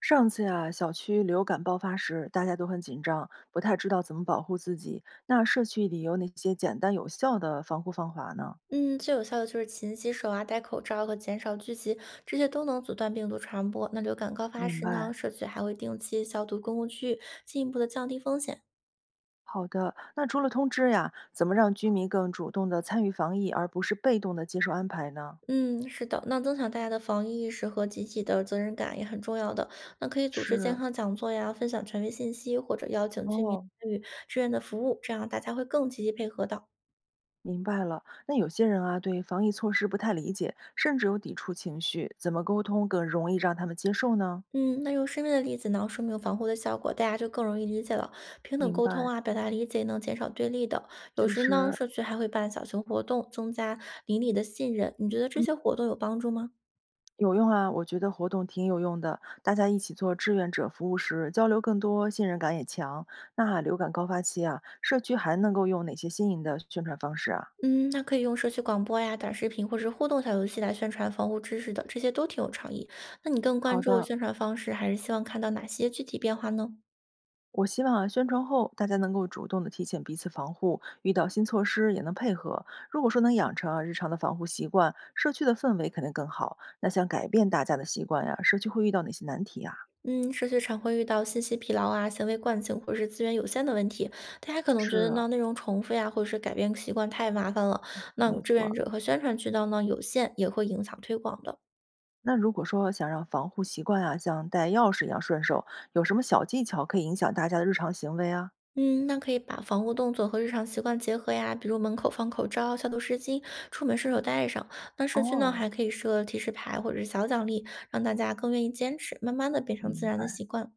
上次呀、小区流感爆发时，大家都很紧张，不太知道怎么保护自己。那社区里有哪些简单有效的防护方法呢？嗯，最有效的就是勤洗手啊、戴口罩和减少聚集，这些都能阻断病毒传播。那流感高发明时呢，白。社区还会定期消毒公共区域，进一步的降低风险。好的，那除了通知呀，怎么让居民更主动地参与防疫，而不是被动地接受安排呢？嗯，是的，那增强大家的防疫意识和集体的责任感也很重要的。那可以组织是，健康讲座呀，分享权威信息，或者邀请居民哦，参与志愿的服务，这样大家会更积极配合的。明白了。那有些人啊，对防疫措施不太理解，甚至有抵触情绪，怎么沟通更容易让他们接受呢？嗯，那用身边的例子呢，说明防护的效果，大家就更容易理解了。平等明沟通白，啊，表达理解能减少对立的。有确时呢，实社区还会办小型活动，增加邻里的信任。你觉得这些活动有帮助吗？有用啊，我觉得活动挺有用的。大家一起做志愿者服务时，交流更多，信任感也强。那啊流感高发期啊，社区还能够用哪些新颖的宣传方式啊？嗯，那可以用社区广播呀、短视频或是互动小游戏来宣传防护知识的，这些都挺有创意。那你更关好注的，宣传方式，还是希望看到哪些具体变化呢？我希望啊，宣传后大家能够主动的提醒彼此防护，遇到新措施也能配合。如果说能养成啊日常的防护习惯，社区的氛围肯定更好。那想改变大家的习惯呀、社区会遇到哪些难题啊？嗯，社区常会遇到信息疲劳啊、行为惯性或者是资源有限的问题，大家可能觉得是，呢内容重复呀、或者是改变习惯太麻烦了。那没志愿错。者和宣传渠道呢有限，也会影响推广的。那如果说想让防护习惯啊，像带钥匙一样顺手，有什么小技巧可以影响大家的日常行为啊？嗯，那可以把防护动作和日常习惯结合呀，比如门口放口罩、消毒湿巾，出门顺手带上。那社区呢哦，还可以设提示牌或者是小奖励，让大家更愿意坚持，慢慢的变成自明然的白。习惯。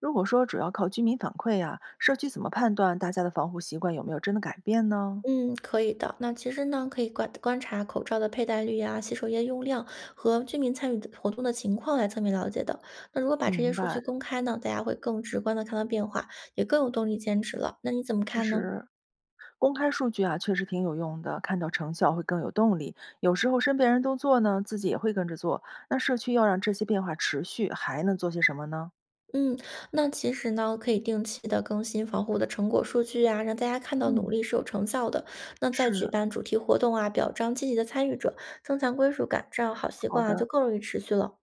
如果说主要靠居民反馈啊，社区怎么判断大家的防护习惯有没有真的改变呢？嗯，可以的。那其实呢，可以观察口罩的佩戴率啊、洗手液用量和居民参与的活动的情况来侧面了解的。那如果把这些明数白，据公开呢，大家会更直观的看到变化，也更有动力坚持了。那你怎么确看呢？实，公开数据啊，确实挺有用的，看到成效会更有动力。有时候身边人都做呢，自己也会跟着做。那社区要让这些变化持续，还能做些什么呢？嗯，那其实呢，可以定期的更新防护的成果数据啊，让大家看到努嗯，力是有成效的。那再举是。办主题活动啊，表彰积极的参与者，增强归属感，这样好习好惯啊就的，更容易持续了。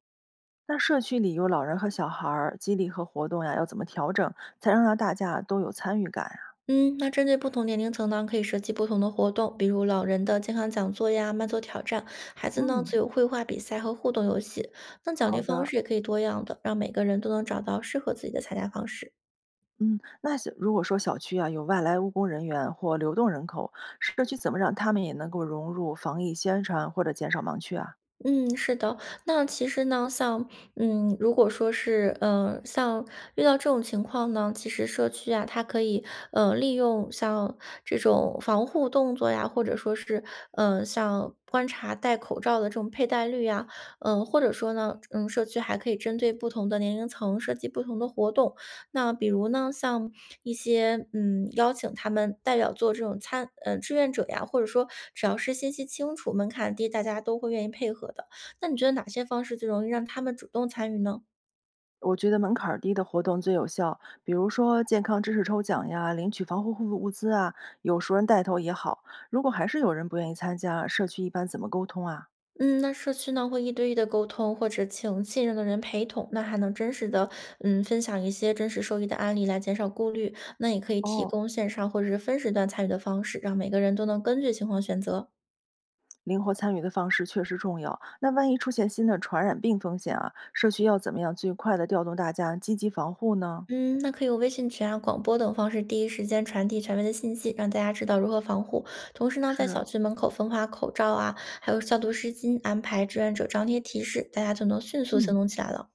那社区里有老人和小孩儿，激励和活动呀，要怎么调整，才能让大家都有参与感呀？嗯，那针对不同年龄层呢，可以设计不同的活动，比如老人的健康讲座呀、慢走挑战，孩子呢自嗯，由绘画比赛和互动游戏。那奖励好方的，式也可以多样的，让每个人都能找到适合自己的参加方式。嗯，那小如果说小区啊有外来务工人员或流动人口，社区怎么让他们也能够融入防疫宣传或者减少盲区啊？嗯，是的。那其实呢，像嗯，如果说是嗯，像遇到这种情况呢，其实社区啊，它可以利用像这种防护动作呀，或者说是像观察戴口罩的这种佩戴率呀，嗯、或者说呢，嗯，社区还可以针对不同的年龄层设计不同的活动，那比如呢，像一些邀请他们代表做这种志愿者呀，或者说只要是信息清楚、门槛低，大家都会愿意配合的。那你觉得哪些方式最容易让他们主动参与呢？我觉得门槛儿低的活动最有效，比如说健康知识抽奖呀、领取防护护物资啊，有熟人带头也好。如果还是有人不愿意参加，社区一般怎么沟通啊？嗯，那社区呢会一对一的沟通，或者请信任的人陪同，那还能真实的嗯分享一些真实受益的案例来减少顾虑。那也可以提哦，供线上或者是分时段参与的方式，让每个人都能根据情况选择。灵活参与的方式确实重要。那万一出现新的传染病风险啊，社区要怎么样最快的调动大家积极防护呢？嗯，那可以用微信群啊、广播等方式，第一时间传递权威的信息，让大家知道如何防护。同时呢，在是，小区门口分发口罩啊，还有消毒湿巾，安排志愿者张贴提示，大家就能迅速嗯，行动起来了。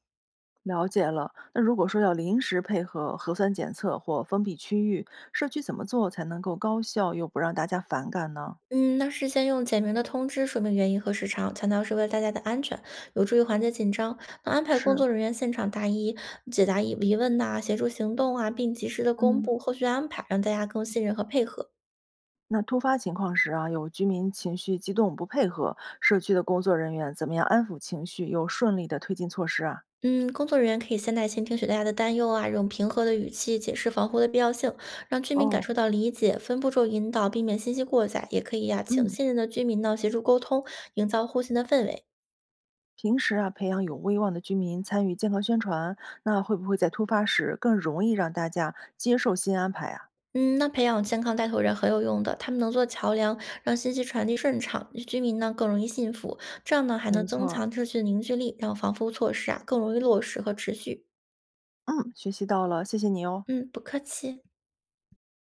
了解了。那如果说要临时配合核酸检测或封闭区域，社区怎么做才能够高效又不让大家反感呢？嗯，那事先用简明的通知说明原因和时长，强调是为了大家的安全，有助于缓解紧张。那安排工是，作人员现场答疑、解答疑问呐、协助行动啊，并及时的公嗯，布后续安排，让大家更信任和配合。那突发情况时啊，有居民情绪激动不配合，社区的工作人员怎么样安抚情绪，又顺利的推进措施啊？嗯，工作人员可以先耐心听取大家的担忧啊，用平和的语气解释防护的必要性，让居民感哦，受到理解，分步骤引导，避免信息过载。也可以呀、请嗯。信任的居民呢协助沟通，营造互信的氛围。平时啊，培养有威望的居民参与健康宣传，那会不会在突发时更容易让大家接受新安排啊？嗯，那培养健康带头人很有用的，他们能做桥梁，让信息传递顺畅，居民呢更容易信服。这样呢还能没增错儿，强秩序凝聚力，让防护措施啊更容易落实和持续。嗯，学习到了，谢谢你哦。嗯，不客气。